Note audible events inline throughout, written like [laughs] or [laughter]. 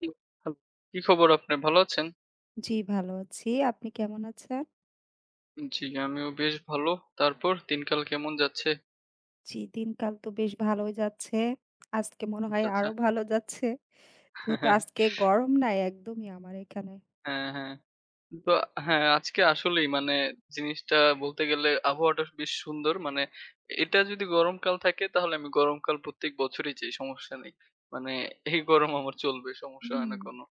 জি, hello. কি খবর আপনার? ভালো আছেন? জি, ভালো আছি। আপনি কেমন আছেন? জি, আমিও বেশ ভালো। তারপর দিনকাল কেমন যাচ্ছে? জি, দিনকাল তো বেশ ভালোই যাচ্ছে। আজকে মনে আচ্ছা, হয় আচ্ছা। আরো ভালো যাচ্ছে। [laughs] যেহেতু হ্যাঁ, আজকে গরম নাই একদমই আমার এখানে। হ্যাঁ। হ্যাঁ। তো হ্যাঁ, আজকে আসলেই মানে জিনিসটা বলতে গেলে আবহাওয়াটা বেশ সুন্দর। মানে এটা যদি গরমকাল থাকে তাহলে আমি গরমকাল প্রত্যেক বছরই যাই, সমস্যা নেই। মানে এই গরম আমার চলবে, সমস্যা হয় হুম, না কোনো।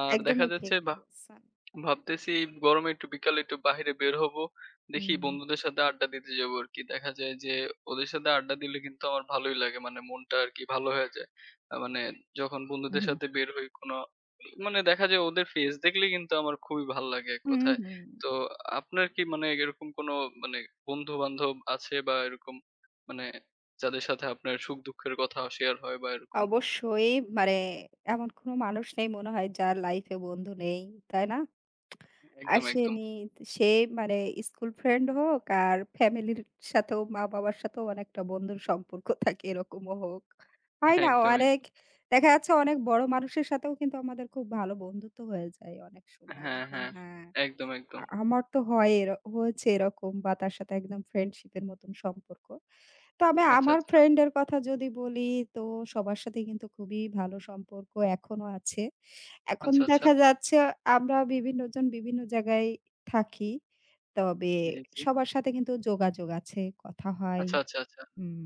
আর দেখা একদমই ঠিক যাচ্ছে বা বলেছেন। ভাবতেছি এই গরমে একটু বিকালে একটু বাহিরে বের হব। দেখি হুম, বন্ধুদের সাথে আড্ডা দিতে যাবো আরকি। দেখা যায় যে ওদের সাথে আড্ডা দিলে কিন্তু আমার ভালোই লাগে। মানে মনটা আরকি ভালো হয়ে যায়। মানে যখন হুম, বন্ধুদের সাথে বের হই কোনো মানে দেখা যায় ওদের ফেস দেখলে কিন্তু আমার খুবই ভাল লাগে এক হুম, কথায়। হুম। তো আপনার কি মানে এরকম কোনো মানে বন্ধু-বান্ধব আছে বা এরকম মানে যাদের সাথে আপনার সুখ-দুঃখের কথা শেয়ার হয় বা এরকম? অবশ্যই মানে এমন কোনো মানুষ নেই মনে হয় যার লাইফ এ বন্ধু নেই। তাই না? একদম, একদম। আসেনি। সে মানে স্কুল ফ্রেন্ড হোক আর ফ্যামিলির সাথেও মা-বাবার সাথেও অনেকটা বন্ধুর সম্পর্ক থাকে এরকমও হোক। হয় একদম, না? অনেক একদম। দেখা যাচ্ছে অনেক বড় মানুষের সাথেও কিন্তু আমাদের খুব ভালো বন্ধুত্ব হয়ে যায় অনেক সময়। হ্যাঁ, হ্যাঁ, হ্যাঁ। হ্যাঁ। একদম, একদম। আমার তো হয়েছে এরকম বা তার সাথে একদম ফ্রেন্ডশিপ এর মতন সম্পর্ক। তবে আচ্ছা, আমার আচ্ছা। ফ্রেন্ড এর কথা যদি বলি তো সবার সাথেই কিন্তু খুবই ভালো সম্পর্ক এখনো আছে। এখন আচ্ছা, আচ্ছা। দেখা যাচ্ছে আমরা বিভিন্নজন বিভিন্ন জায়গায় থাকি। তবে জি, জি। সবার সাথে কিন্তু যোগাযোগ আছে, কথা হয়। আচ্ছা, আচ্ছা, আচ্ছা। হুম,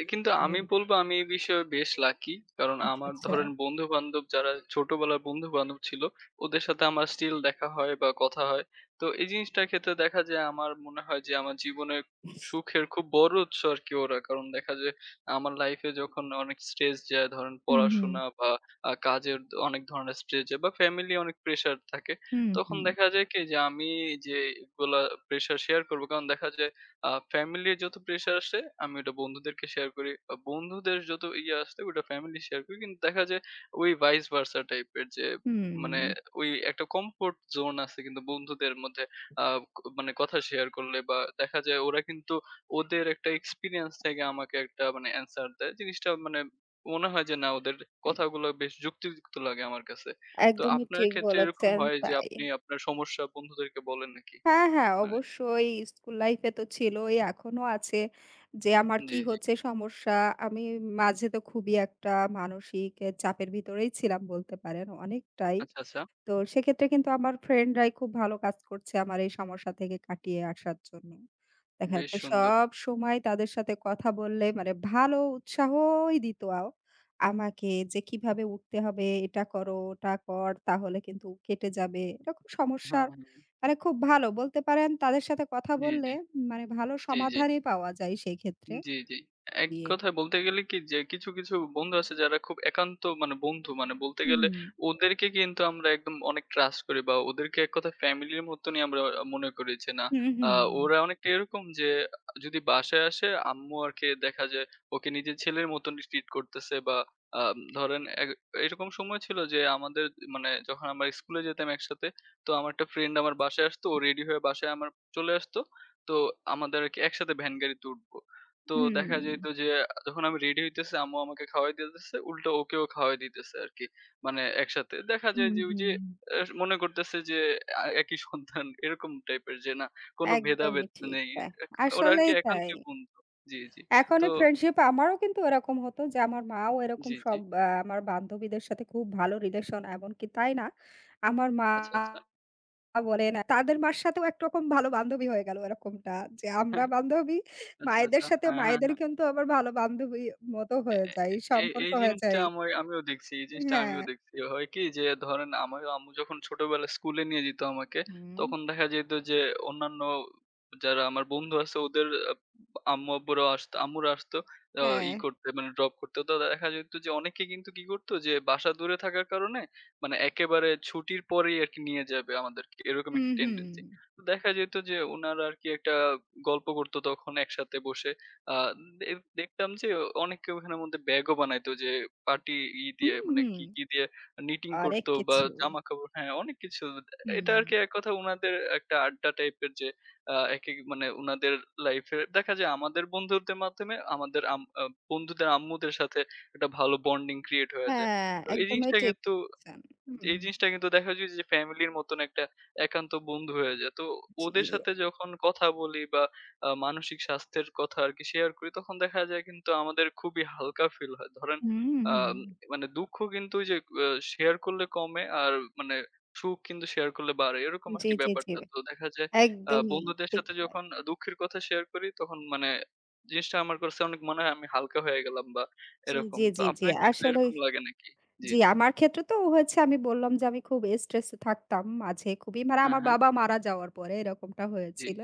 এ কিন্তু আমি একদম। বলব আমি এই বিষয়ে বেশ লাকি। কারণ আচ্ছা, আমার আচ্ছা। ধরেন বন্ধু-বান্ধব যারা ছোটবেলার বন্ধু-বান্ধব ছিল, ওদের সাথে আমার স্টিল দেখা হয় বা কথা হয়। তো এই জিনিসটার ক্ষেত্রে দেখা যায় আমার মনে হয় যে আমার জীবনের সুখের খুব বড় উৎস আরকি ওরা। কারণ দেখা যায় আমার লাইফে যখন অনেক স্ট্রেস যায় ধরেন হুম, হুম, পড়াশোনা বা কাজের দ অনেক ধরনের স্ট্রেস যায় বা ফ্যামিলি অনেক প্রেশার থাকে। হুম, তখন হুম, দেখা যায় কি যে আমি যে এগুলা প্রেশার শেয়ার করব। কারণ দেখা যায় ফ্যামিলির যত প্রেশার আসে আমি ওটা বন্ধুদেরকে শেয়ার করি। বন্ধুদের যত ইয়ে আসে ওটা ফ্যামিলি শেয়ার করি। কিন্তু দেখা যায় ওই ভাইস ভার্সা টাইপের যে মানে হুম। ওই একটা কমফোর্ট জোন আছে কিন্তু বন্ধুদের মধ্যে আ মানে কথা শেয়ার করলে বা দেখা যায় ওরা কিন্তু ওদের একটা এক্সপেরিয়েন্স থেকে আমাকে একটা মানে অ্যান্সার দেয়। জিনিসটা মানে মনে হয় যে না ওদের কথাগুলো বেশ যুক্তিযুক্ত লাগে আমার কাছে। তো একদমই আপনার ঠিক ক্ষেত্রে এরকম বলেছেন হয় যে তাই। আপনি আপনার সমস্যা বন্ধুদেরকে বলেন নাকি? হ্যাঁ, হ্যাঁ, মানে অবশ্যই স্কুল লাইফে তো ছিলই, এখনো আছে যে আমার জি, কি জি। হচ্ছে সমস্যা। আমি মাঝে তো খুবই একটা মানসিক চাপের ভিতরেই ছিলাম বলতে পারেন অনেকটাই। আচ্ছা, আচ্ছা। তো সেক্ষেত্রে কিন্তু আমার ফ্রেন্ডরাই খুব ভালো কাজ করছে আমার এই সমস্যা থেকে কাটিয়ে আসার জন্য। দেখা বেশ যাচ্ছে সুন্দর। সব সময় তাদের সাথে কথা বললে মানে ভালো উৎসাহই দিত আমাকে যে কিভাবে উঠতে হবে, এটা করো, ওটা কর তাহলে কিন্তু কেটে যাবে। এরকম হ্যাঁ, সমস্যার হ্যাঁ। মানে খুব ভালো বলতে পারেন তাদের সাথে কথা জি, বললে জি। মানে ভালো জি, জি। সমাধানই পাওয়া যায় সেক্ষেত্রে। জি, জি। এক দিয়ে। কথায় বলতে গেলে কি যে কিছু, কিছু বন্ধু আছে যারা খুব একান্ত মানে বন্ধু মানে বলতে গেলে হুম, ওদেরকে কিন্তু আমরা একদম অনেক ট্রাস্ট করি বা ওদেরকে এক কথায় ফ্যামিলির মতনই আমরা মনে করি যে না হুম, আ হুম, ওরা অনেকটা এরকম যে যদি বাসায় আসে আম্মু আরকি দেখা যায় ওকে নিজের ছেলের মতনই ট্রিট করতেছে বা আ ধরেন এরকম সময় ছিল যে আমাদের মানে যখন আমরা স্কুলে যেতাম একসাথে। তো আমার একটা ফ্রেন্ড আমার বাসায় আসতো। ও রেডি হয়ে বাসায় আমার চলে আসতো। তো আমাদের আরকি একসাথে ভ্যান গাড়িতে উঠবো। তো হুম, দেখা যাইত যে যখন আমি রেডি হইতেছি আম্মু আমাকে খাওয়াই দিতেছে উল্টা ওকেও খাওয়াই দিতেছে আরকি। মানে একসাথে। দেখা যায় হুম, যে ওই যে হুম। এ মনে করতেছে যে একই সন্তান এরকম টাইপের যে না কোন একদমই ভেদাভেদ ঠিক নেই। তাই। এক ওরা আরকি আসলেই তাই। একান্তই বন্ধু। জি, জি। এখন তো এই ফ্রেন্ডশিপ আমারও কিন্তু এরকম হতো যে আমার মাও এরকম জি, জি। সব আমার বান্ধবীদের সাথে খুব ভালো রিলেশন এমনকি তাই না? আমার মা আচ্ছা, আচ্ছা। বলেন তাদের মার সাথেও একরকম ভালো বান্ধবী হয়ে গেল এরকমটা। যে আমরা [laughs] বান্ধবী, আচ্ছা, মায়েদের আচ্ছা। সাথে হ্যাঁ, হ্যাঁ, মায়েদের হ্যাঁ। কিন্তু আবার ভালো বান্ধবী মতো এ হয়ে এ যায়, এ সম্পর্ক এই হয়ে জিনিসটা যায়। আমার আমিও দেখছি। এই জিনিসটা হ্যাঁ। আমিও দেখছি। হয় কি যে ধরেন আমার আম্মু যখন ছোটবেলায় স্কুলে নিয়ে যেত আমাকে, হুম। তখন দেখা যেত যে অন্যান্য যারা আমার বন্ধু আছে ওদের আম্মু আব্বুরাও আসতো আম্মুরা আসতো আ ই হ্যাঁ। করতে মানে ড্রপ করতে। তো দেখা যেত যে অনেকে কিন্তু কি করতো যে বাসা দূরে থাকার কারণে মানে একেবারে ছুটির পরেই আরকি নিয়ে যাবে আমাদেরকে। এরকম হুম, একটা হুম। টেনডেন্সি। তো দেখা যেত যে উনারা আরকি একটা গল্প করত তখন একসাথে বসে। আ দে দেখতাম যে অনেকে ওখানের মধ্যে ব্যাগও বানাইতো যে পার্টি ই দিয়ে হুম, মানে হুম। কি, কি দিয়ে নিটিং অনেক করতো বা কিছু। জামাকাপড় হ্যাঁ, অনেক কিছু। এটা হুম। আরকি এক কথা উনাদের একটা আড্ডা টাইপের যে একেক মানে উনাদের লাইফে দেখা যায় আমাদের বন্ধুদের মাধ্যমে আমাদের আম আ বন্ধুদের আম্মুদের সাথে একটা ভালো বন্ডিং ক্রিয়েট হয়ে যায়। হ্যাঁ, তো এই একদমই জিনিসটা ঠিক কিন্তু বলেছেন। হুম, এই জিনিসটা কিন্তু দেখা যায় যে ফ্যামিলির মতন একটা একান্ত বন্ধু হয়ে যায়। তো জি। ওদের সাথে যখন কথা বলি বা মানসিক স্বাস্থ্যের কথা আরকি শেয়ার করি তখন দেখা যায় কিন্তু আমাদের খুবই হালকা ফিল হয়। ধরেন হুম, আ হুম। মানে দুঃখ কিন্তু ওই যে আ শেয়ার করলে কমে আর মানে সুখ কিন্তু শেয়ার করলে বাড়ে। এরকম জি, আরকি জি, জি। ব্যাপারটা। তো দেখা যায় একদমই বন্ধুদের ঠিক সাথে তাই। যখন দুঃখের কথা শেয়ার করি তখন মানে জিনিসটা আমার কাছে অনেক মনে হয় আমি হালকা হয়ে গেলাম বা জি, এরকম। জি, তো জি, জি। আপনার ক্ষেত্রে আসলে এরকম লাগে নাকি? জি, জি, জি। আমার ক্ষেত্রে তো হয়েছে আমি বললাম যে আমি খুব স্ট্রেসে থাকতাম মাঝে খুবই মানে হ্যাঁ, আমার হ্যাঁ। বাবা মারা যাওয়ার পরে এরকমটা জি। হয়েছিল।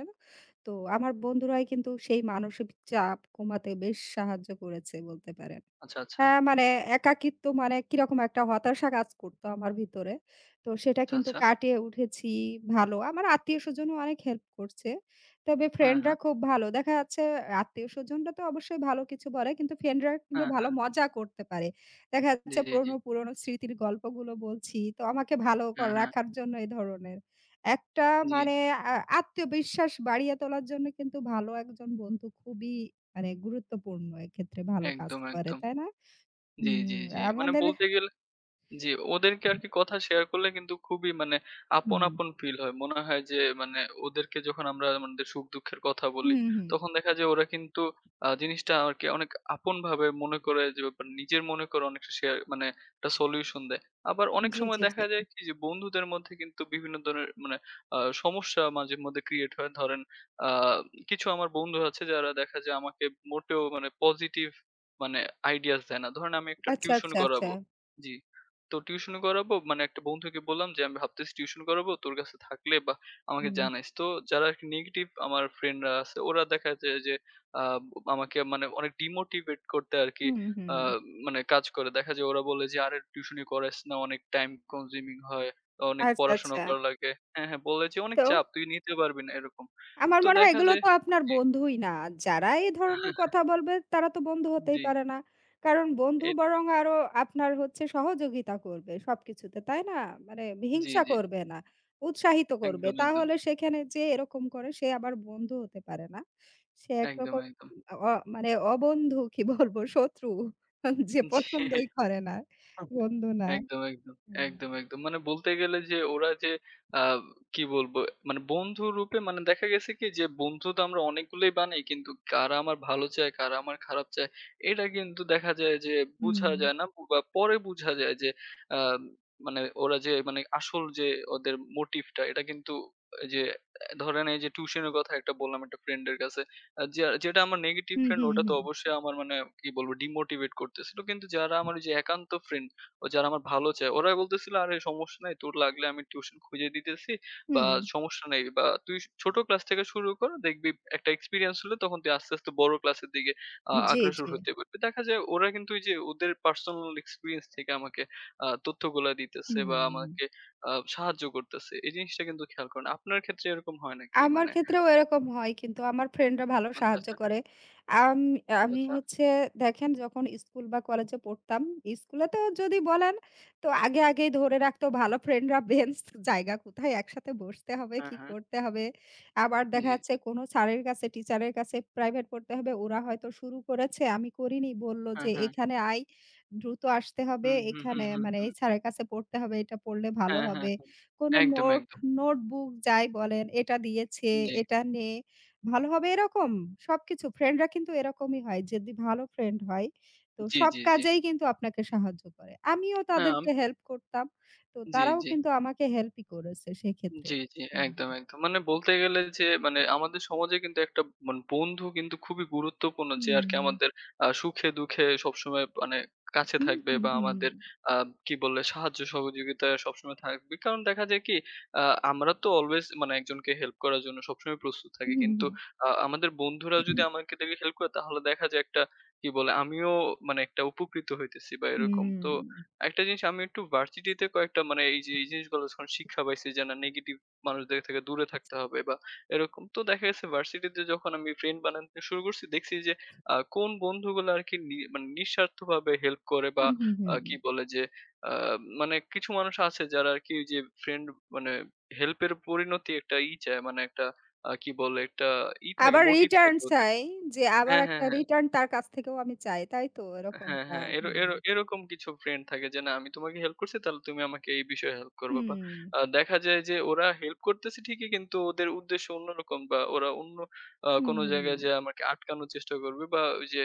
তো আমার বন্ধুরাই কিন্তু সেই মানসিক চাপ কমাতে বেশ সাহায্য করেছে বলতে পারেন। আচ্ছা, আচ্ছা। হ্যাঁ, মানে একাকিত্ব মানে কিরকম একটা হতাশা কাজ করতো আমার ভিতরে। তো সেটা আচ্ছা, কিন্তু আচ্ছা। কাটিয়ে উঠেছি ভালো। আমার আত্মীয়স্বজনও অনেক হেল্প করছে। তবে হ্যাঁ, ফ্রেন্ডরা হ্যাঁ। খুব ভালো। দেখা যাচ্ছে আত্মীয়স্বজনরা তো অবশ্যই ভালো কিছু বলে কিন্তু ফ্রেন্ডরা কিন্তু হ্যাঁ, ভালো হ্যাঁ। মজা করতে পারে। দেখা জি, যাচ্ছে জি। পুরনো, পুরনো স্মৃতির গল্পগুলো বলছি। তো আমাকে ভালো হ্যাঁ, হ্যাঁ। রাখার জন্য এই ধরনের। একটা জি। মানে আ আত্মবিশ্বাস বাড়িয়ে তোলার জন্য কিন্তু ভালো একজন বন্ধু খুবই মানে গুরুত্বপূর্ণ এক্ষেত্রে ভালো কাজ একদম, করে, একদম। তাই না? জি, জি, হুম, জি। মানে আমাদের বলতে গেলে জি, ওদেরকে আরকি কথা শেয়ার করলে কিন্তু খুবই মানে আপন, হুম, আপন ফিল হয়। মনে হয় যে মানে ওদেরকে যখন আমরা আমাদের সুখ-দুঃখের কথা বলি, হুম, হুম। তখন দেখা যায় ওরা কিন্তু জিনিসটা আরকি অনেক আপনভাবে মনে করে যে ব্যাপার নিজের মনে করে অনেকটা শেয়ার মানে একটা সলিউশন দেয়। আবার অনেক জি, সময় জি, জি। দেখা যায় কি যে বন্ধুদের মধ্যে কিন্তু বিভিন্ন ধরনের মানে সমস্যা মাঝেমধ্যে ক্রিয়েট হয়। ধরেন আ কিছু আমার বন্ধু আছে যারা দেখা যায় আমাকে মোটেও মানে পজিটিভ মানে আইডিয়াস দেয় না। ধরেন আমি একটা আচ্ছা, টিউশন আচ্ছা, আচ্ছা। করাবো। জি। তো টিউশনি করাবো মানে একটা বন্ধুকে বললাম যে, "আমি ভাবতেছি টিউশন করাবো। তোর কাছে থাকলে বা আমাকে হুম, জানাইস।" তো যারা আরকি নেগেটিভ আমার ফ্রেন্ডরা আছে ওরা দেখা যায় যে আ আমাকে মানে অনেক ডিমোটিভেট করতে আরকি হুম, আ হুম। মানে কাজ করে। দেখা যায় ওরা বলে যে, "আরে টিউশনি করাইস না। অনেক টাইম কনজিউমিং হয়। অনেক আচ্ছা, পড়াশোনা আচ্ছা। করা লাগে।" হ্যাঁ, হ্যাঁ, বলে যে, "অনেক তো? চাপ। তুই নিতে পারবি না" এরকম। আমার তো মনে হয় দেখা এগুলো যায় তো আপনার জি, বন্ধুই না। যারা এই ধরনের কথা বলবে তারা তো বন্ধু হতেই জি, পারে না। কারণ বন্ধু এ বরং আরো আপনার হচ্ছে সহযোগিতা করবে সবকিছুতে, তাই না? মানে জি, হিংসা জি। করবে না, উৎসাহিত করবে। একদম, একদম। তাহলে সেখানে যে এরকম করে সে আবার বন্ধু হতে পারে না। সে একদম, একরকম একদম। অ মানে অবন্ধু কি বলবো? শত্রু [laughs] যে জি। পছন্দই করে না, বন্ধু না। একদম, একদম, হুম। একদম, একদম। মানে বলতে গেলে যে ওরা যে আ কি বলবো মানে বন্ধু রূপে মানে দেখা গেছে কি যে বন্ধু তো আমরা অনেকগুলোই বানাই কিন্তু কারা আমার ভালো চায়, কারা আমার খারাপ চায় এটা কিন্তু দেখা যায় যে হুম, বুঝা যায় না বা পরে বুঝা যায় যে আ মানে ওরা যে মানে আসল যে ওদের মোটিভটা এটা কিন্তু এই যে ধরেন এই যে টিউশনের কথা একটা বললাম একটা ফ্রেন্ডের কাছে। যে যেটা আমার নেগেটিভ হুম, ফ্রেন্ড হুম, ওটা তো হুম, অবশ্যই আমার মানে কি বলবো ডিমোটিভেট করতেছিল। কিন্তু যারা আমার ওই যে একান্ত ফ্রেন্ড ও যারা আমার ভালো চায় ওরাই বলতেছিল, "আরে সমস্যা নাই। তোর লাগলে আমি টিউশন খুঁজে দিতেছি বা হুম, সমস্যা নাই বা তুই ছোট ক্লাস থেকে শুরু কর। দেখবি একটা এক্সপেরিয়েন্স হলে তখন তুই আস্তে, আস্তে বড় ক্লাসের দিকে জি, অগ্রসর জি, হতে পারবি।" দেখা যায় ওরা কিন্তু ওই যে ওদের পার্সোনাল এক্সপেরিয়েন্স থেকে আমাকে তথ্যগুলা দিতেছে বা হুম। আমাকে সাহায্য করতেছে। এই জিনিসটা কিন্তু খেয়াল করেন। আপনার ক্ষেত্রে এরকম হয় নাকি? আমার মানে ক্ষেত্রেও এরকম হয় কিন্তু আমার ফ্রেন্ডরা ভালো আচ্ছা, সাহায্য আচ্ছা, করে। আম আমি আচ্ছা। হচ্ছে দেখেন যখন স্কুল বা কলেজে পড়তাম, স্কুলে তো যদি বলেন তো আগে, আগেই ধরে রাখতো ভালো ফ্রেন্ডরা বেঞ্চ জায়গা কোথায় একসাথে বসতে হবে, হ্যাঁ, কি হ্যাঁ। করতে হবে। আবার জি, দেখা যাচ্ছে জি। কোনো স্যারের কাছে, টিচারের কাছে প্রাইভেট পড়তে হবে। ওরা হয়তো শুরু করেছে, আমি করিনি। বলল হ্যাঁ, যে, হ্যাঁ। "এখানে আয়, দ্রুত আসতে হবে। হুম, হুম, এখানে হুম, হুম, মানে হুম। এই স্যারের কাছে পড়তে হবে, এটা পড়লে ভালো হ্যাঁ, হ্যাঁ, হবে।" হ্যাঁ। কোনো একদম, নোট, একদম। নোটবুক যাই বলেন, এটা দিয়েছে, জি, এটা নে, ভালো হবে এরকম সবকিছু ফ্রেন্ডরা কিন্তু এরকমই হয়। যদি ভালো ফ্রেন্ড হয় তো জি, সব জি, জি। কাজেই কিন্তু আপনাকে সাহায্য করে। আমিও হ্যাঁ। তাদেরকে হেল্প করতাম। তো জি, তারাও জি, কিন্তু আমাকে হেল্পই করেছে সেক্ষেত্রে। জি, জি, হুম। একদম, একদম। মানে বলতে গেলে যে মানে আমাদের সমাজে কিন্তু একটা মানে বন্ধু কিন্তু খুবই গুরুত্বপূর্ণ যে আরকি হুম, আমাদের সুখে-দুঃখে সবসময় মানে কাছে হুম, থাকবে হুম, বা হুম, আমাদের আ কি বলে সাহায্য সহযোগিতায় সবসময় থাকবে। কারণ দেখা যায় কি আ আমরা তো অলওয়েজ মানে একজনকে হেল্প করার জন্য সবসময় প্রস্তুত থাকি। হুম, কিন্তু হুম, আমাদের বন্ধুরা যদি আমাকে দেখে হেল্প করে তাহলে দেখা যায় একটা কি বলে আমিও মানে একটা উপকৃত হইতেছি বা এরকম। তো একটা জিনিস আমি একটু ভার্সিটিতে কয়েকটা মানে এই যে এই জিনিসগুলো যখন শিক্ষা পাইছি যে না নেগেটিভ মানুষদের থেকে দূরে থাকতে হবে বা এরকম, তো দেখা গেছে ভার্সিটিতে যখন আমি ফ্রেন্ড বানাতে শুরু করছি দেখছি যে কোন বন্ধুগুলো আর কি মানে নিঃস্বার্থ ভাবে হেল্প করে বা হুম, হুম, হুম। কি বলে যে আহ, মানে কিছু মানুষ আছে যারা আর কি ওই যে ফ্রেন্ড মানে হেল্পের পরিণতি একটা ই চায় মানে একটা কি বলে একটা ই থাকে আবার মোটিভ রিটার্ন থাকে ওদের চাই যে আবার হ্যাঁ হ্যাঁ একটা হ্যাঁ রিটার্ন তার কাছ থেকেও আমি চাই। তাই তো হ্যাঁ, এরকমটা। হ্যাঁ। এরো হুম। এরো এরকম কিছু ফ্রেন্ড থাকে যে না আমি তোমাকে হেল্প করছি তাহলে তুমি আমাকে এই বিষয়ে হেল্প করবা বা হুম। দেখা যায় যে ওরা হেল্প করতেছে ঠিকই কিন্তু ওদের উদ্দেশ্য অন্যরকম বা ওরা অন্য হুম, কোনো হুম, হুম। জায়গায় যেয়ে আমাকে আটকানোর চেষ্টা করবে বা ওই যে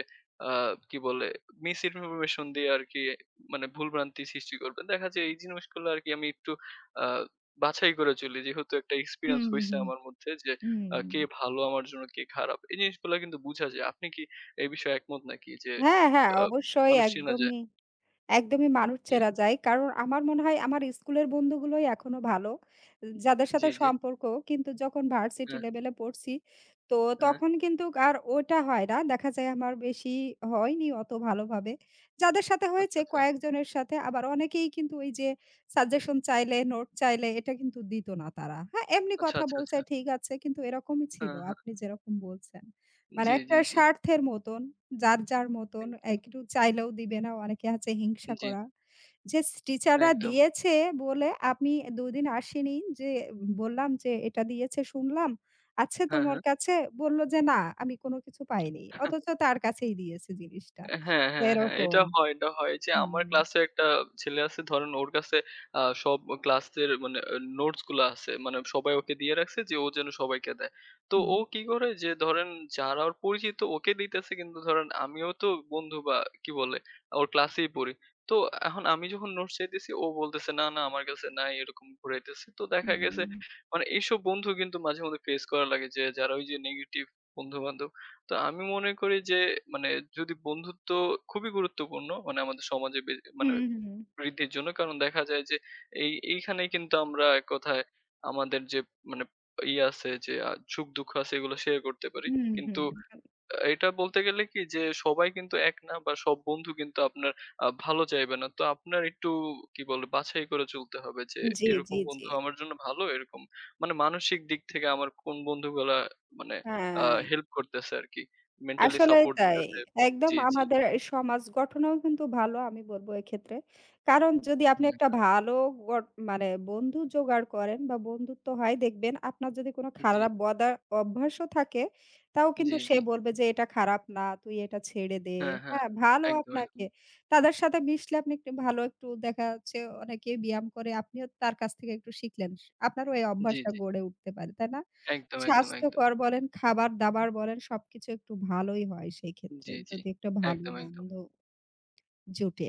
আ কি বলে মিস ইনফরমেশন দিয়ে আরকি মানে ভুলভ্রান্তি সৃষ্টি করবে। দেখা যায় এই জিনিসগুলো আরকি আমি একটু আ বাছাই করে চলি। যেহেতু একটা এক্সপেরিয়েন্স হুম, হইছে হুম, আমার মধ্যে যে হুম। কে ভালো আমার জন্য কে খারাপ। এই জিনিসগুলা কিন্তু বুঝা যায়। আপনি কি এই বিষয়ে একমত নাকি? যে হ্যাঁ, হ্যাঁ, আ অবশ্যই মানুষ চেনা যায়। একদমই। একদমই মানুষ জি, চেনা যায়। কারণ আমার মনে হয় আমার স্কুলের বন্ধুগুলোই এখনো ভালো। যাদের জি, সাথে জি। সম্পর্ক কিন্তু যখন ভার্সিটি হ্যাঁ, লেভেলে পড়ছি, তো হ্যাঁ। তখন কিন্তু আর ওটা হয় না। দেখা যায় আমার বেশি হয়নি অত ভালোভাবে। যাদের সাথে আচ্ছা, হয়েছে আচ্ছা। কয়েকজনের সাথে আবার অনেকেই কিন্তু ওই যে সাজেশন চাইলে, নোট চাইলে এটা কিন্তু দিত না তারা। হ্যাঁ, এমনি আচ্ছা, কথা আচ্ছা, বলছে আচ্ছা। ঠিক আছে কিন্তু এরকমই ছিল হ্যাঁ, হ্যাঁ। আপনি যেরকম বলছেন। মানে জি, জি, একটা জি। স্বার্থের মতন। যার, যার মতন একদম। একটু চাইলেও দিবে না। অনেকে আছে হিংসা জি, করা। যে টিচাররা একদম। দিয়েছে বলে আমি ২ দিন আসিনি যে বললাম যে, "এটা দিয়েছে শুনলাম। আছে হ্যাঁ, তোমার কাছে?" বলল যে, "না, আমি কোনো কিছু পাইনি।" হ্যাঁ। অথচ তার কাছেই দিয়েছে জিনিসটা। অ্যা হ্যাঁ, হ্যাঁ, হ্যাঁ। এরকম। এটা হয়, এটা হয় যে আমার হুম, ক্লাসে একটা ছেলে আছে ধরেন ওর কাছে সব ক্লাসের মানে নোটস গুলা আছে। মানে সবাই ওকে দিয়ে রাখছে যে ও যেন সবাইকে দেয়। তো হুম, ও কি করে যে ধরেন যারা ওর পরিচিত ওকে দিতেছে কিন্তু ধরেন আমিও তো বন্ধু বা কি বলে ওর ক্লাসেই পড়ি। তো এখন আমি যখন নোটস চাইতেছি ও বলতেছে, "না, না আমার কাছে নাই" এরকম ঘুরাইতেছে। তো দেখা গেছে হুম, মানে এইসব বন্ধু কিন্তু মাঝে মধ্যে ফেস করা লাগে যে যারা ওই যে নেগেটিভ বন্ধু-বান্ধব, তো আমি মনে করি যে মানে যদি বন্ধুত্ব খুবই গুরুত্বপূর্ণ মানে আমাদের সমাজে মানে হুম, বৃদ্ধির জন্য কারণ দেখা যায় যে এই এইখানেই কিন্তু আমরা এক কথায় আমাদের যে মানে ই আছে যে সুখ দুঃখ আছে এগুলো শেয়ার করতে পারি হুম, হুম, কিন্তু হুম। হুম। এটা বলতে গেলে কি যে সবাই কিন্তু এক না বা সব বন্ধু কিন্তু আপনার ভালো চাইবে না। তো আপনার একটু কি বলে বাছাই করে চলতে হবে যে জি, জি, এরকম জি। বন্ধু আমার জন্য ভালো এরকম মানে মানসিক দিক থেকে আমার কোন বন্ধুগুলা মানে আ হ্যাঁ। হেল্প করতেছে আরকি। মেন্টালি আসলেই সাপোর্ট তাই। দিতেছে। একদম জি, জি। আমাদের এই সমাজ গঠনও কিন্তু ভালো আমি বলব এক্ষেত্রে। কারণ যদি আপনি হুম, একটা ভালো গট মানে বন্ধু জোগাড় করেন বা বন্ধুত্ব হয় দেখবেন আপনার যদি কোনো জি, খারাপ অভ্যাসও থাকে, তাও জি, কিন্তু সে জি। বলবে যে এটা খারাপ না, তুই এটা ছেড়ে দে। হ্যাঁ, হ্যাঁ। হ্যাঁ, ভালো একদম, আপনাকে। একদম। তাদের সাথে মিশলে আপনি একটু ভালো একটু দেখা যাচ্ছে অনেকেই ব্যায়াম করে, আপনিও তার কাছ থেকে একটু শিখলেন। আপনারও এই জি, অভ্যাসটা জি। গড়ে উঠতে পারে, তাই না? একদম, একদম, একদম। স্বাস্থ্যকর বলেন, খাবার-দাবার বলেন সবকিছু একটু ভালোই হয় সেই ক্ষেত্রে। জি, জি। যদি একটা ভালো একদম, একদম। জোটে।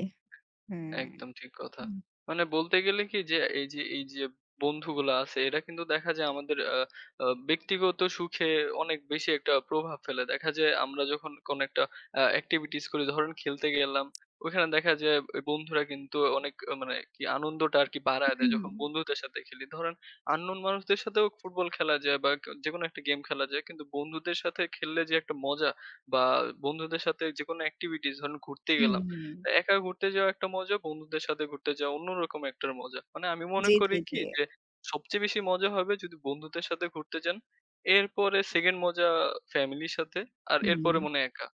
হ্যাঁ। একদম ঠিক কথা। হুম, মানে বলতে গেলে কি যে এই যে বন্ধুগুলা আছে এরা কিন্তু দেখা যায় আমাদের আ আ ব্যক্তিগত সুখে অনেক বেশি একটা প্রভাব ফেলে। দেখা যায় আমরা যখন কোন একটা activities করি ধরেন খেলতে গেলাম। ওখানে দেখা যায় এ বন্ধুরা কিন্তু অনেক মানে কি আনন্দটা আরকি হুম, বাড়ায় দেয় হুম, হুম। যখন বন্ধুদের সাথে খেলি। ধরেন unknown মানুষদের সাথেও ফুটবল খেলা যায় বা কে যেকোনো একটা গেম খেলা যায়। কিন্তু বন্ধুদের সাথে খেললে যে একটা মজা বা বন্ধুদের সাথে যেকোনো activities ধরেন ঘুরতে গেলাম। হুম। একা ঘুরতে যাওয়া একটা মজা, বন্ধুদের সাথে ঘুরতে যাওয়া অন্যরকম একটা মজা। মানে আমি মনে জি, করি জি, কি জি। যে, সবচেয়ে বেশি মজা হবে যদি বন্ধুদের সাথে ঘুরতে যান। এরপরে 2nd মজা ফ্যামিলির সাথে। আর হুম, এরপরে মনে হয় একা।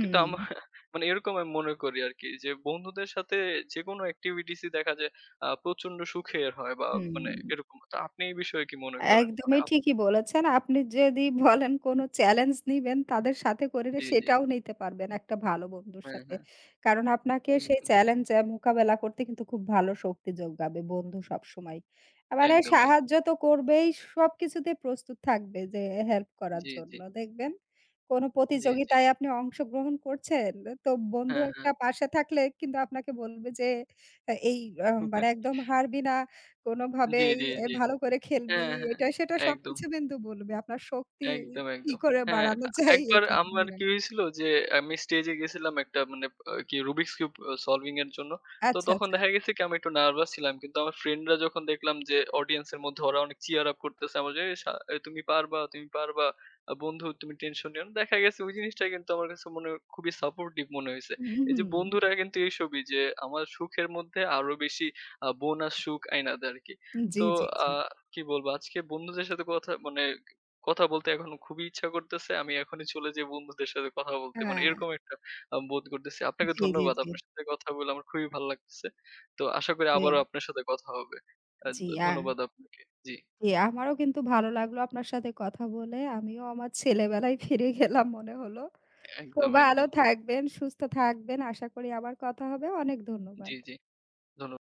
কিন্তু আমার [laughs] মানে এরকম আমি মনে করি আরকি যে, বন্ধুদের সাথে যেকোনো activities ই দেখা যায় প্রচন্ড সুখের হয় বা হুম। মানে এরকম। তো আপনি এই বিষয়ে কি মনে করেন? মানে একদমই আপ ঠিকই বলেছেন। আপনি যদি বলেন কোনো চ্যালেঞ্জ নিবেন তাদের সাথে করে রে, জি, জি। সেটাও নিতে পারবেন একটা ভালো বন্ধুর হ্যাঁ, সাথে। হ্যাঁ। কারণ আপনাকে সেই একদম, চ্যালেঞ্জ এ মোকাবেলা করতে কিন্তু খুব ভালো শক্তি যোগাবে বন্ধু সবসময়। একদম, মানে একদম। সাহায্য তো করবেই, সবকিছুতে প্রস্তুত থাকবে যে হেল্প করার জি, জি। জন্য। দেখবেন কোনো জি, জি। প্রতিযোগিতায় আপনি অংশগ্রহণ করছেন, তো বন্ধু হ্যাঁ, হ্যাঁ। একটা পাশে থাকলে কিন্তু আপনাকে বলবে যে এই মানে [laughs] একদম হারবি না। জি, কোনোভাবেই জি, জি। ভালো করে খেলবি। হ্যাঁ, হ্যাঁ। এটা সেটা একদম। সবকিছু কিন্তু বলবে। আপনার শক্তি একদম, কি একদম। করে হ্যাঁ, বাড়ানো যায় একবার এটা আমার বলে। কি হয়েছিল যে আমি স্টেজে গেছিলাম একটা মানে কি রুবিকস কিউব সলভিং এর জন্য। তো আচ্ছা, তখন আচ্ছা। দেখা গেছে কি আমি একটু নার্ভাস ছিলাম। কিন্তু আমার ফ্রেন্ডরা যখন দেখলাম যে অডিয়েন্স এর মধ্যে ওরা অনেক চিয়ার আপ করতেছে আমার যে, "এই এই তুমি পারবা, তুমি পারবা। বন্ধু তুমি টেনশন নিও না।" দেখা গেছে ওই জিনিসটা কিন্তু আমার কাছে মনে খুবই সাপোর্টিভ মনে হইছে। হুম, এই যে হুম। বন্ধুরা কিন্তু এইসবই যে আমার সুখের মধ্যে আরো বেশি বোনাস সুখ আইনা দেয় আরকি। জি, তো জি, আ জি। কি বলবো আজকে বন্ধুদের সাথে কথা মানে কথা বলতে এখন খুবই ইচ্ছা করতেছে। আমি এখনই চলে যাই বন্ধুদের সাথে কথা বলতে। মানে হ্যাঁ। এরকম একটা বোধ করতেছি। আপনাকে জি, জি, ধন্যবাদ। জি, আপনার সাথে কথা বলে আমার খুবই ভালো লাগতেছে। তো আশা করি জি, আবারও আপনার সাথে কথা হবে। আ জি, ধন্যবাদ আপনাকে। জি, জি, আমারও কিন্তু ভালো লাগলো আপনার সাথে কথা বলে। আমিও আমার ছেলেবেলায় ফিরে গেলাম মনে হলো। তো একদম, ভালো একদম। থাকবেন, সুস্থ থাকবেন। আশা করি আবার কথা হবে। অনেক জি, ধন্যবাদ। জি। ধন্যবাদ।